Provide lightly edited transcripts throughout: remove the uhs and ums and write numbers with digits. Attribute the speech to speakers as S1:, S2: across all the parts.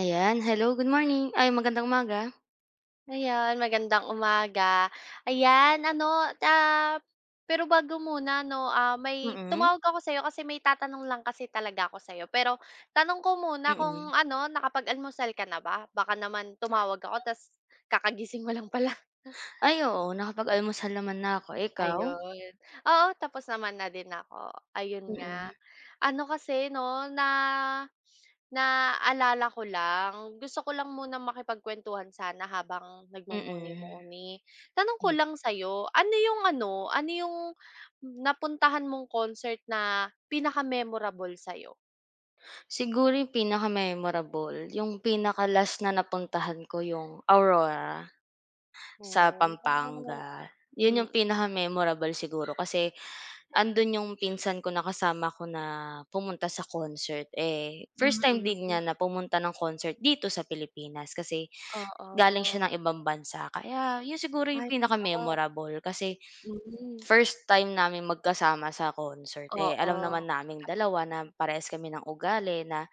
S1: Ayan, hello, good morning. Ay, magandang umaga.
S2: Ayan, magandang umaga. Ayan ano, pero bago muna 'no, may
S1: Mm,
S2: tumawag ako sa'yo kasi may itatanong lang kasi talaga ako sa'yo. Pero tanong ko muna
S1: mm.
S2: kung ano, nakapag-almusal ka na ba? Baka naman tumawag ako ta's kakagising mo lang pala.
S1: Ay, oo, nakapag-almusal naman na ako. Ikaw?
S2: Ayun. Oo, tapos naman na din ako. Ayun nga,
S1: Mm,
S2: ano kasi 'no, na naalala ko lang, gusto ko lang munang makipagkuwentuhan sana habang
S1: mm.
S2: nagmumuni-muni. Tanong ko lang sa'yo, ano yung ano, ano yung napuntahan mong concert na pinaka-memorable sa'yo?
S1: Siguro yung pinaka-memorable, yung pinaka-last na napuntahan ko yung Aurora sa
S2: Oh.
S1: Pampanga. Yun yung
S2: Mm,
S1: pinaka-memorable siguro kasi andun yung pinsan ko na kasama ko na pumunta sa concert. Eh, first
S2: mm,
S1: time din
S2: mm.
S1: niya na pumunta ng concert dito sa Pilipinas kasi galing
S2: Oo.
S1: siya ng ibang bansa kaya yun siguro yung
S2: Ay, wow.
S1: pinaka-memorable kasi
S2: Hmm,
S1: first time namin magkasama sa concert, eh, alam naman
S2: oo.
S1: naming dalawa na parehas kami ng ugali na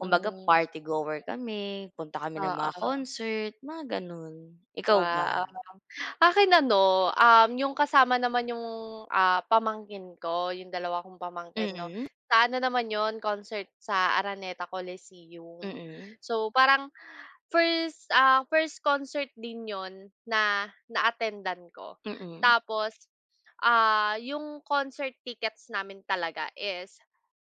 S1: kumbaga party goer kami, punta kami ng mga
S2: Oo.
S1: concert, mga ganun. Ikaw
S2: Wow.
S1: ba?
S2: Akin ano, yung kasama naman yung, pamangkin ko, yung dalawa kong pamangkin 'no.
S1: Mm,
S2: Sa ano naman yon concert sa Araneta Coliseum.
S1: mm,
S2: So, parang first, first concert din yon na na-attendan ko.
S1: mm.
S2: Tapos, yung concert tickets namin talaga is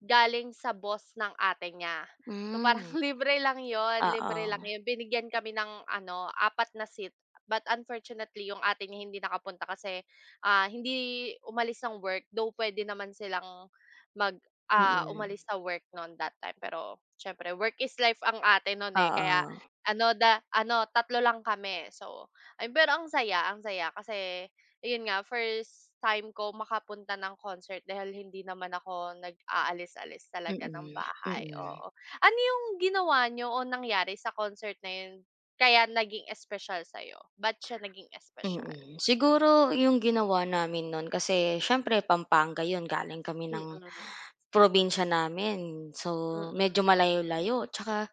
S2: galing sa boss ng ate niya. So, parang
S1: Hmm,
S2: libre
S1: oo,
S2: lang yun. Binigyan kami ng ano, apat na seat but unfortunately yung ate niya hindi nakapunta kasi, hindi umalis ng work though pwede naman silang mag,
S1: mm,
S2: umalis sa work no'n that time pero siyempre work is life ang ate no'n, eh,
S1: oo,
S2: kaya ano da ano tatlo lang kami so ay pero ang saya kasi ayun nga first time ko makapunta ng concert dahil hindi naman ako nag-aalis-alis talaga ng
S1: mm,
S2: bahay,
S1: mm,
S2: oo. Ano yung ginawa nyo o nangyari sa concert na yun? Kaya naging espesyal sa'yo? Ba't siya naging espesyal?
S1: mm. Siguro yung ginawa namin nun kasi siyempre Pampanga yun galing kami ng
S2: Mm,
S1: probinsya namin. So,
S2: mm,
S1: medyo malayo-layo tsaka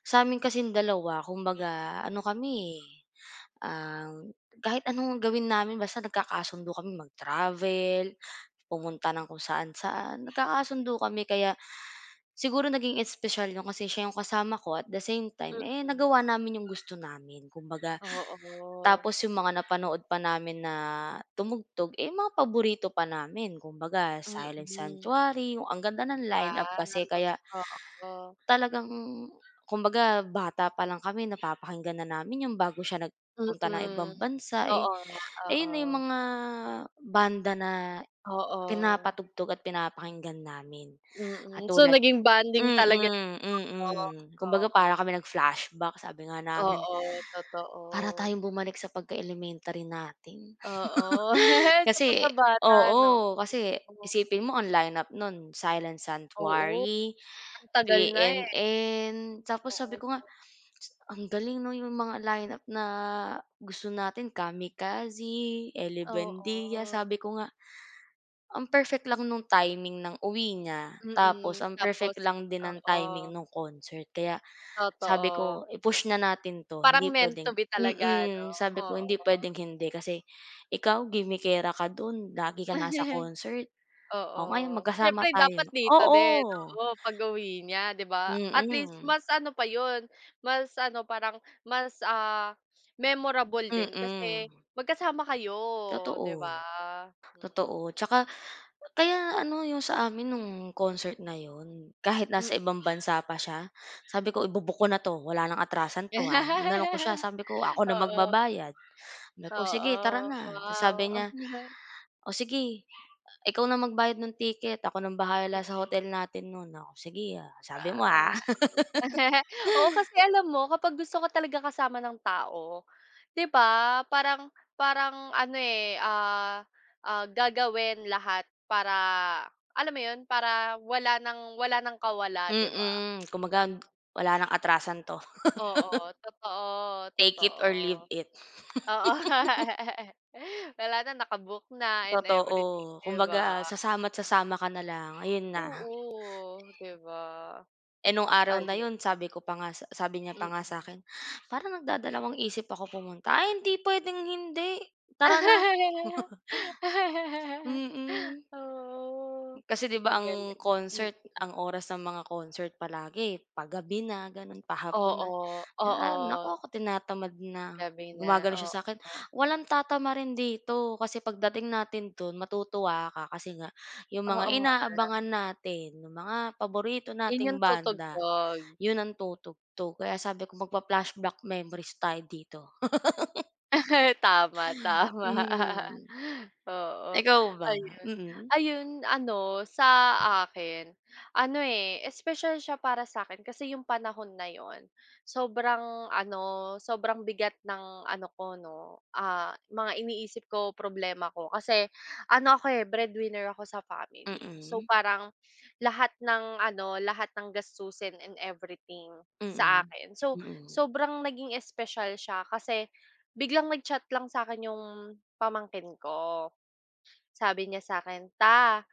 S1: sa amin kasing dalawa kumbaga ano kami, eh, kahit anong gawin namin basta nagkakasundo kami mag-travel, pumunta ng kung saan-saan, nagkakasundo kami kaya siguro naging espesyal 'yun kasi siya 'yung kasama ko at the same time, eh,
S2: mm.
S1: nagawa namin 'yung gusto namin kumbaga.
S2: Oo,
S1: Tapos 'yung mga napanood pa namin na tumugtog, eh, mga paborito pa namin kumbaga Silent
S2: mm.
S1: Sanctuary, 'yung ang ganda ng lineup kasi
S2: Wow,
S1: kaya
S2: oo.
S1: talagang kumbaga bata pa lang kami napapakinggan na namin 'yun bago siya nagpunta ng
S2: Mm.
S1: ibang bansa, eh,
S2: Oo nga,
S1: ayun na yung
S2: oo.
S1: mga banda na
S2: Oo,
S1: pinapatugtog at pinapakinggan namin. At
S2: mm. So,
S1: tulad
S2: naging bonding
S1: Mm,
S2: talaga 'no?
S1: mm. Kumbaga
S2: Oo,
S1: para kami nag-flashback sabi nga namin,
S2: oo,
S1: para
S2: totoo.
S1: tayong bumalik sa pagka-elementary natin.
S2: Oo, sa
S1: Kasi
S2: pagkabata 'no?
S1: oo, kasi
S2: Oo,
S1: isipin mo ang lineup nun Silent
S2: oo,
S1: Sanctuary
S2: ang tagal
S1: P
S2: na
S1: N,
S2: eh,
S1: tapos sabi
S2: oo.
S1: ko nga, "Ang galing 'no, yung mga lineup na gusto natin Kamikaze, Ely Buendia,"
S2: Oo,
S1: sabi ko nga, "Ang perfect lang nung timing ng uwi niya, tapos
S2: mm.
S1: ang perfect
S2: Tapos
S1: lang din ng
S2: oo.
S1: timing nung concert." Kaya sabi
S2: Totoo,
S1: ko, "I-push na natin 'to,
S2: parang
S1: hindi
S2: meant
S1: puwedeng"
S2: to be talaga 'no,
S1: mm, sabi ko,
S2: oo.
S1: "Hindi puwedeng hindi kasi ikaw gimikera ka do'n, lagi ka nasa concert,
S2: Oo,
S1: o ngayon magkasama
S2: siyempre dapat
S1: tayo."
S2: dito
S1: Oo,
S2: din, oo, pag-uwi niya 'di ba?
S1: mm,
S2: At least
S1: mm.
S2: mas ano pa yun, mas ano parang mas, memorable din kasi
S1: Mm.
S2: magkasama kayo 'di ba?
S1: Totoo,
S2: Mm,
S1: totoo.
S2: mm.
S1: Tsaka kaya ano yung sa amin nung concert na yun, kahit
S2: Mm.
S1: nasa ibang bansa pa siya, sabi ko, "Ibubook ko na 'to, wala nang atrasan 'to, ah." Inano ko siya, sabi ko, "Ako na
S2: Oo,
S1: magbabayad." Sabi ko, "Sige, tara
S2: oo,
S1: na." Tapos
S2: wow.
S1: sabi niya, "O sige, ikaw na magbayad ng ticket, ako nang bahala sa
S2: Mm,
S1: hotel natin nun." Ako, "Sige, ah, sabi mo,
S2: wow,
S1: ah."
S2: nice. Oo, kasi alam mo kapag gusto ko talaga kasama ng tao. 'Di ba? Parang parang ano, gagawin lahat para alam mo 'yun, para wala ng kawala, 'di ba?
S1: Mm, kumbaga wala nang atrasan 'to,
S2: Oo, totoo,
S1: take it or leave
S2: totoo.
S1: it.
S2: Oo. Wala na, naka na and
S1: Totoo,
S2: everything, 'di
S1: kumbaga
S2: ba?
S1: sasama't sasama ka na lang, ayun na.
S2: Oo, 'di ba?
S1: Eh, nung araw na
S2: Ayun,
S1: yun sabi niya pa nga
S2: mm.
S1: sa'kin, "Parang nagdadalawang isip ako pumunta." Ay hindi puwedeng hindi, tara na. Mm,
S2: Oo,
S1: kasi 'di ba
S2: ang
S1: ang
S2: galing. Hmm,
S1: concert, ang oras ng mga concert palagi pagabi na gano'n, pahapon na.
S2: oo,
S1: Na naku
S2: oo.
S1: ako tinatamad na.
S2: Gabi na,
S1: Gumagano siya
S2: oo
S1: sa akin,
S2: nga,
S1: "Walang tatamarin dito kasi pagdating natin dun matutuwa ka kasi nga yung
S2: oo
S1: mga
S2: nga.
S1: inaabangan natin, yung mga paborito
S2: 'Yun
S1: nating
S2: yung
S1: banda
S2: tutugtog.
S1: Yun ang tutugtog kaya sabi ko magpa-flashback memories tayo dito."
S2: Tama, tama.
S1: Mm,
S2: Oo,
S1: ikaw ba?
S2: ayun.
S1: Mm,
S2: Ayun ano, sa akin, ano, eh, espesyal siya para sa akin kasi yung panahon na yun, sobrang ano, sobrang bigat ng ano ko 'no, mga iniisip ko, problema ko. Kasi ano ako, eh, breadwinner ako sa family. So,
S1: mm,
S2: parang lahat ng ano, lahat ng gastusin and everything sa akin. So, sobrang naging espesyal siya kasi biglang nag-chat lang sa akin yung pamangkin ko. Sabi niya sa akin, "Ta,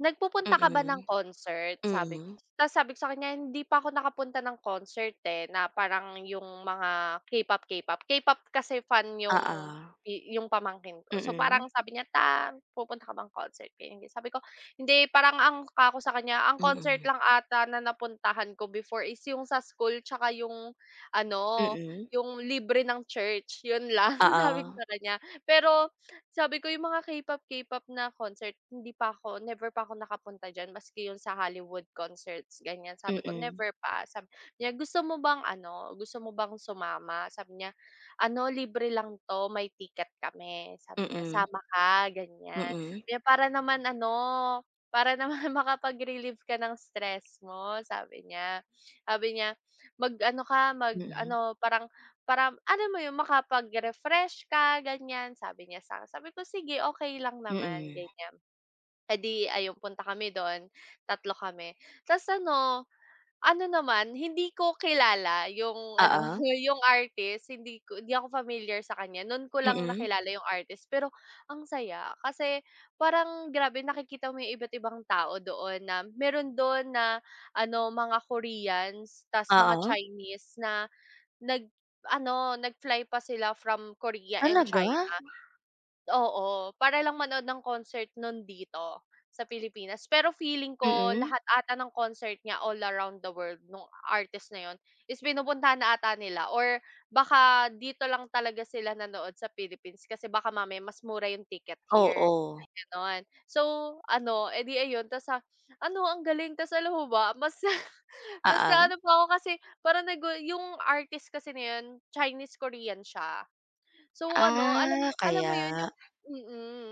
S2: nagpupunta ka ba ng concert?" Sabi
S1: mm,
S2: ta's sabi ko sa kanya, "Hindi pa ako nakapunta ng concert, eh, na parang yung mga K-pop, K-pop." K-pop kasi fan
S1: ah,
S2: yung
S1: ah.
S2: yung pamangkin ko. So,
S1: Mm,
S2: parang sabi niya, "Ta, pupunta ka bang concert?" kaya ganyan. Sabi ko, "Hindi." Parang ang ka sa kanya, ang concert
S1: mm,
S2: lang ata na napuntahan ko before is yung sa school tsaka yung ano,
S1: mm,
S2: yung libre ng church, yun lang, sabi ko
S1: oo,
S2: sa kanya. Pero sabi ko yung mga K-pop, K-pop na concert hindi pa ako never pa ako nakapunta diyan maski yung sa Hollywood concerts ganyan. Sabi ko
S1: mm,
S2: never pa, sabi niya, "Gusto mo bang ano, gusto mo bang sumama?" Sabi niya, "Ano libre lang 'to, may ticket kami."
S1: mm,
S2: Sabi niya,
S1: mm,
S2: "Sama ka?" Ganyan.
S1: oo,
S2: Kaya para naman ano, para naman makapag-relieve ka ng stress mo sabi niya. Sabi niya, "Mag ano ka, mag
S1: mm, mm,
S2: ano parang para alam mo yun, makapag-refresh ka ganyan sabi niya sa akin. Sabi ko, "Sige, okay lang
S1: mm, mm,
S2: naman," ganyan. Eh, di ayun punta kami dun, tatlo kami. Ta's ano, ano naman hindi ko kilala yung ano,
S1: oo,
S2: yung artist hindi ko hindi ako familiar sa kanya. Nun ko lang
S1: mm,
S2: nakilala yung artist pero ang saya kasi parang grabe nakikita mo yung iba't ibang tao doon na meron dun na ano, mga Koreans ta's mga
S1: oo,
S2: Chinese na Nag ano, nag-fly pa sila from Korea and
S1: talaga?
S2: China. Oo, para lang manood ng concert nun dito sa Pilipinas. Pero feeling ko
S1: Mm,
S2: lahat ata ng concert niya all around the world nung artist na yun is pinupuntahan na ata nila or baka dito lang talaga sila nanood sa Philippines kasi baka mamaya mas mura yung ticket
S1: oo,
S2: here,
S1: oo,
S2: gano'n. So ano, edi di ayun ta's, ano ang galing ta's alam mo ba mas mas
S1: ah,
S2: ano pa ako kasi parang nagu yung artist kasi na yun Chinese Korean siya. So ano, alam
S1: ah,
S2: alam
S1: kaya,
S2: mo 'yun yung mm.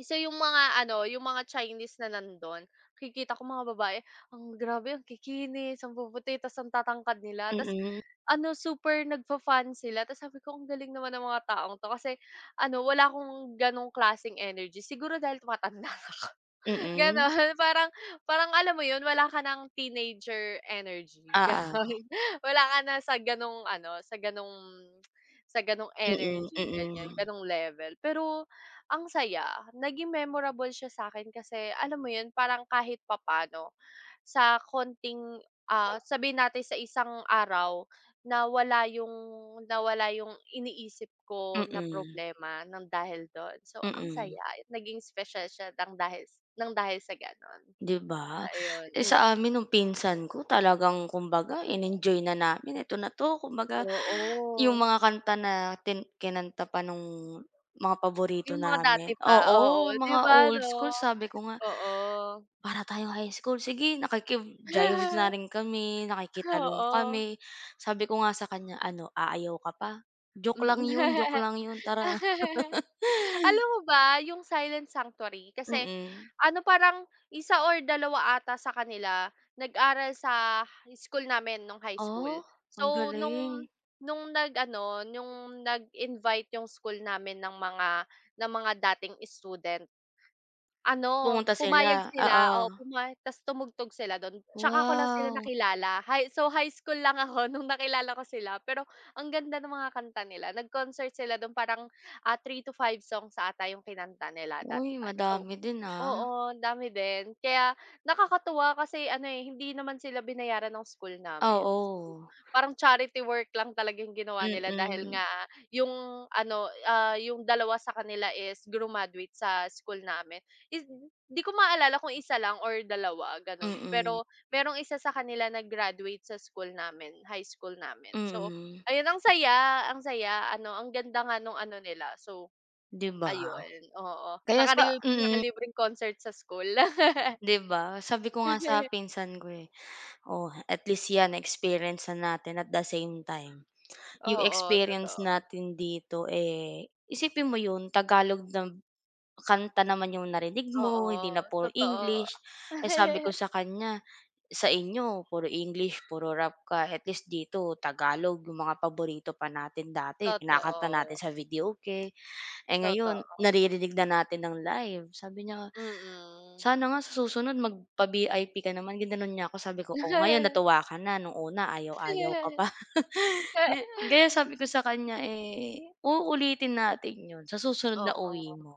S2: So yung mga ano, yung mga Chinese na nandun, nakikita ko mga babae, ang grabe ang kikinis, ang puputi, tas ang tatangkad nila, tas
S1: mm,
S2: ano, super nagfa-fun sila. Tas sabi ko, ang galing naman ng mga taong 'to kasi ano, wala akong ganong klaseng energy. Siguro dahil tumatanda na ako,
S1: mm,
S2: gano'n. Parang parang alam mo yun, wala ka ng teenager energy, gano'n.
S1: oo,
S2: Wala ka na sa ganong ano, sa ganong
S1: mm,
S2: energy, ganyan,
S1: mm.
S2: ganong level. Pero ang saya. Naging memorable siya sa akin kasi alam mo 'yun, parang kahit papaano sa konting, sabihin natin sa isang araw nawala yung nawala yung iniisip ko na
S1: Mm,
S2: problema ng dahil do'n. So, ang
S1: mm,
S2: saya naging special siya ng dahil sa gano'n.
S1: 'di ba?
S2: Ayun,
S1: Eh,
S2: hmm,
S1: sa amin nung pinsan ko talagang kumbaga in-enjoy na namin, "Eto na 'to." Kumbaga yung
S2: oo.
S1: mga kanta na tin kinanta pa nung mga paborito
S2: Yung mga
S1: namin
S2: dati pa, oo,
S1: oo,
S2: 'di
S1: mga
S2: ba
S1: old
S2: 'no?
S1: school. Sabi ko nga,
S2: Oo.
S1: "Para tayong high school." Sige, nakikip-jive na rin kami, nakikitalong
S2: Oo,
S1: kami. Sabi ko nga sa kanya, "Ano, aayaw ka pa?
S2: mm.
S1: Joke lang yun, tara."
S2: Alam mo ba yung Silent Sanctuary kasi
S1: Mm.
S2: ano parang isa or dalawa ata sa kanila nag-aral sa school namin nung high school.
S1: Oh, ang
S2: So
S1: galing.
S2: nung nag-ano, yung nag-invite yung school namin ng mga dating student. Ano,
S1: Pumunta sila,
S2: pumayag sila,
S1: oo.
S2: oo, puma ta's tumugtog sila dun, tsaka ko lang sila
S1: Wow!
S2: nakilala, high school lang ako nung nakilala ko sila, pero ang ganda ng mga kanta nila, nag-concert sila dun parang, 3 to 5 songs ata yung kinanta nila that
S1: Uy,
S2: time, so
S1: madami din, ah.
S2: oo, ang dami din. Kaya nakakatuwa kasi ano, eh, hindi naman sila binayaran ng school
S1: Ah,
S2: namin.
S1: oo.
S2: Parang charity work lang talaga yung ginawa nila dahil
S1: Mm,
S2: nga yung ano, yung dalawa sa kanila is graduate sa school namin. Is 'di ko maalala kung isa lang or dalawa, ganun.
S1: mm,
S2: Pero merong isa sa kanila na graduate sa school namin, high school namin. So,
S1: mm,
S2: ayun ang saya, ang saya. Ano, ang ganda nga nung ano nila. So
S1: 'di ba?
S2: ayun, oo.
S1: Kaya sa mm,
S2: Nakalibreng concert sa school.
S1: 'Di ba? Sabi ko nga sa pinsan ko, eh, "Oh, at least yan na-experience na natin at the same time." Yung
S2: Oo,
S1: experience
S2: totoo.
S1: natin dito, eh, isipin mo yun Tagalog na kanta naman yung narinig mo, hindi na
S2: Oo,
S1: puro
S2: totoo.
S1: English. Eh, sabi ko sa kanya sa inyo puro English, puro rap ka, at least dito Tagalog yung mga paborito pa natin dati, kinakanta natin
S2: Totoo,
S1: sa videoke. Eh, ngayon
S2: totoo.
S1: naririnig na natin ng live. Sabi niya,
S2: Mm.
S1: "Sana nga sa susunod magpa-VIP ka naman." Ginano'n niya ako, sabi ko, "Oh, ngayon natuwa ka na, nung una ayaw-ayaw ka pa." Kaya kaya sabi ko sa kanya, eh, uulitin natin 'yun sa susunod na uwi
S2: Oo,
S1: mo,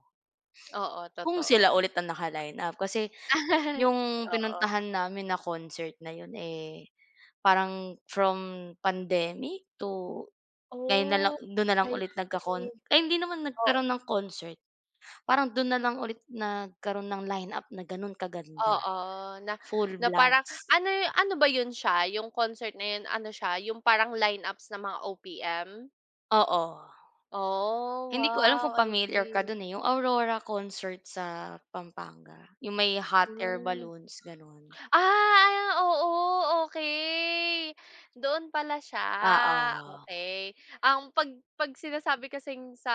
S2: oo,
S1: kung
S2: totoo.
S1: sila ulit ang naka-line up. Kasi yung
S2: Oo.
S1: pinuntahan namin na concert na 'yun, eh parang from pandemic to ngayon na lang
S2: Oh,
S1: dun na lang
S2: I
S1: ulit
S2: see.
S1: ay hindi naman
S2: Oo,
S1: nagkaroon ng concert, parang dun na lang ulit nagkaroon ng lineup na ganun kaganda,
S2: oo, na
S1: full
S2: na parang
S1: blast.
S2: ano y- ano ba yun siya, yung concert na yun ano siya, yung parang lineups ng mga OPM?
S1: Oo,
S2: Oh,
S1: hindi ko alam
S2: wow,
S1: kung
S2: I
S1: pamilyar ka
S2: see.
S1: dun, eh, yung Aurora concert sa Pampanga, yung may hot air
S2: Hmm.
S1: balloons, ganon.
S2: Ah, oo, okey. Doon pala siya.
S1: Oo,
S2: Okay. Ang 'pag 'pag sinasabi kasing sa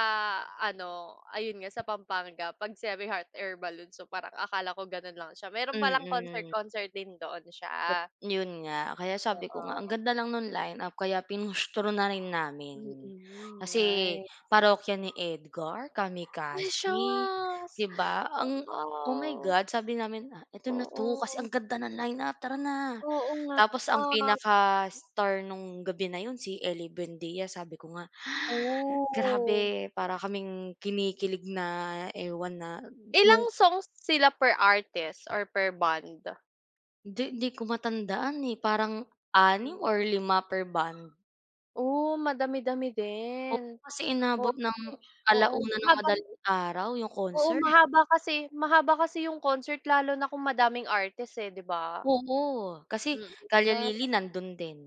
S2: ano, ayun nga sa Pampanga 'pag sinabing heart air balloon, so parang akala ko gano'n lang siya, meron palang
S1: mm.
S2: concert-concert din doon siya,
S1: Yun nga, kaya sabi ko nga ang
S2: oo.
S1: ganda lang nung lineup kaya pinustro na rin namin.
S2: Mm,
S1: Kasi
S2: nice.
S1: parokya ni Edgar,
S2: Ay,
S1: Kamikasi,
S2: shucks.
S1: 'di ba? Oh my
S2: Wow,
S1: God, sabi namin, "Ah, ito na 'to kasi
S2: oo.
S1: ang ganda ng lineup, tara na."
S2: Oo nga.
S1: Tapos ang pinaka-star nung gabi na yun si Ellie Buendia, sabi ko nga,
S2: Oo.
S1: "Grabe, para kaming kinikilig na ewan na"
S2: Ilang
S1: yung
S2: songs sila per artist or per band?
S1: 'di ko matandaan, eh, parang 6
S2: Hmm,
S1: or lima per band.
S2: oh, madami-dami
S1: Oo,
S2: din.
S1: kasi inabot ng
S2: Oo, kasi oo,
S1: 1:00 ng madaling araw yung
S2: oo,
S1: concert.
S2: mahaba kasi yung concert lalo na kung madaming artist, eh, 'di ba?
S1: Oo, kasi
S2: Mm,
S1: Kalya
S2: na
S1: Lily nandun din,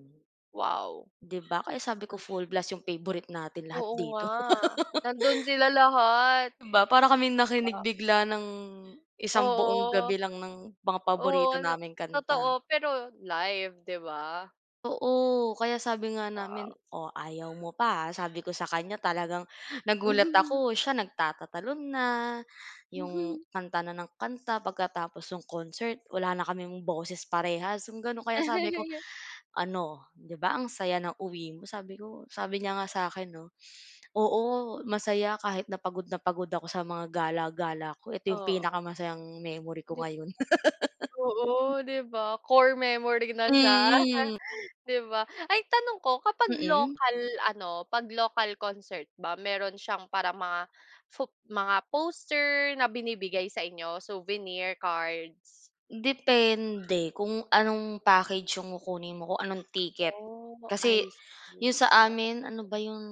S2: wow.
S1: 'di ba? Kaya sabi ko full blast yung favorite natin lahat
S2: Oo
S1: dito.
S2: nga, nandun sila lahat.
S1: 'Di ba para kaming nakinig
S2: Ah,
S1: bigla ng isang buong
S2: oo,
S1: gabi lang ng mga
S2: oo,
S1: paborito
S2: na
S1: naming kanta.
S2: totoo pero live, 'di ba?
S1: Oo, kaya sabi nga namin,
S2: Oo.
S1: "Oh, ayaw mo pa, ah." Sabi ko sa kanya talagang nagulat ako, siya nagtatatalon na, yung kanta na ng kanta, pagkatapos nung concert wala na kaming boses parehas, yung gano'n. Kaya sabi ko, "Ano, 'di ba ang saya ng uwi mo?" Sabi ko sabi niya nga sa'kin 'no, "Oo, masaya kahit na pagod ako sa mga gala-gala ko, ito yung
S2: Oo,
S1: pinakamasayang memory ko
S2: 'di
S1: ngayon."
S2: oo, 'di ba? Core memory na siya,
S1: Mm,
S2: 'di ba? Ay, tanong ko kapag
S1: mm.
S2: local ano, 'pag local concert ba meron siyang para mga mga poster na binibigay sa inyo, souvenir cards?
S1: Depende kung anong package yung kukunin mo, kung anong ticket.
S2: Oh,
S1: Kasi
S2: I
S1: yung
S2: see.
S1: sa
S2: Oo.
S1: amin, ano ba yung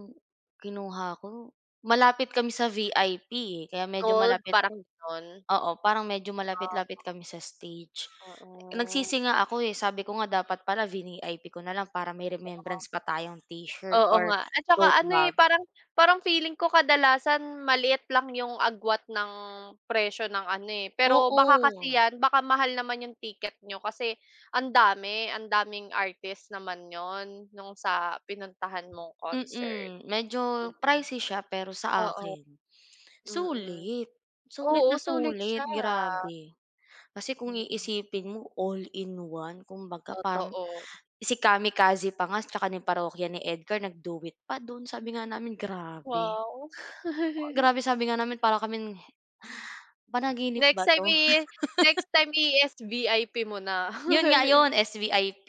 S1: kinuha ko, malapit kami sa VIP, eh, kaya medyo
S2: Gold,
S1: malapit,
S2: parang gano'n?
S1: oo, parang medyo malapit-lapit
S2: Ah,
S1: kami sa stage.
S2: oo.
S1: Nagsisi nga ako, eh, sabi ko nga dapat pala vinip ko na lang para may
S2: Oo.
S1: remembrance pa tayong t-shirt
S2: Oo
S1: or
S2: nga at saka
S1: tote
S2: ano, eh,
S1: bag.
S2: parang parang feeling ko kadalasan maliit lang yung agwat ng presyo ng ano, eh, pero baka
S1: Oo,
S2: kasi yan baka mahal naman yung ticket nyo kasi ang dami, ang daming artist naman yon nung sa pinuntahan mong concert.
S1: mm, medyo
S2: Mm,
S1: pricey siya pero sa
S2: oo,
S1: akin.
S2: mm.
S1: Sulit. Sulit na
S2: Oo, sulit
S1: sulit,
S2: siya.
S1: grabe. Kasi kung
S2: Mm,
S1: iisipin mo all-in-one kumbaga parang
S2: totoo.
S1: si Kamikaze pa nga tsaka yung parokya ni Edgar nag-do it pa dun, sabi nga namin grabe.
S2: Wow.
S1: Grabe sabi nga namin para kaming panaginip
S2: Next
S1: ba 'to?
S2: time i next time i-SVIP mo na.
S1: Yun nga yun, SVIP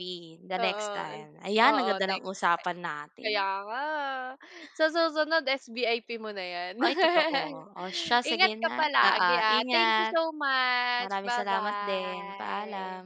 S1: the
S2: Oo,
S1: next time. Ayan, ang
S2: oo,
S1: ganda ng
S2: next.
S1: usapan natin.
S2: Kaya nga. Sa susunod SVIP mo na 'yan.
S1: Ay totoo. O siya sige
S2: Ingat ka
S1: na oo,
S2: palagi, ah. Thank you
S1: ingat.
S2: so much.
S1: Maraming
S2: Bye
S1: salamat din, paalam.
S2: bye.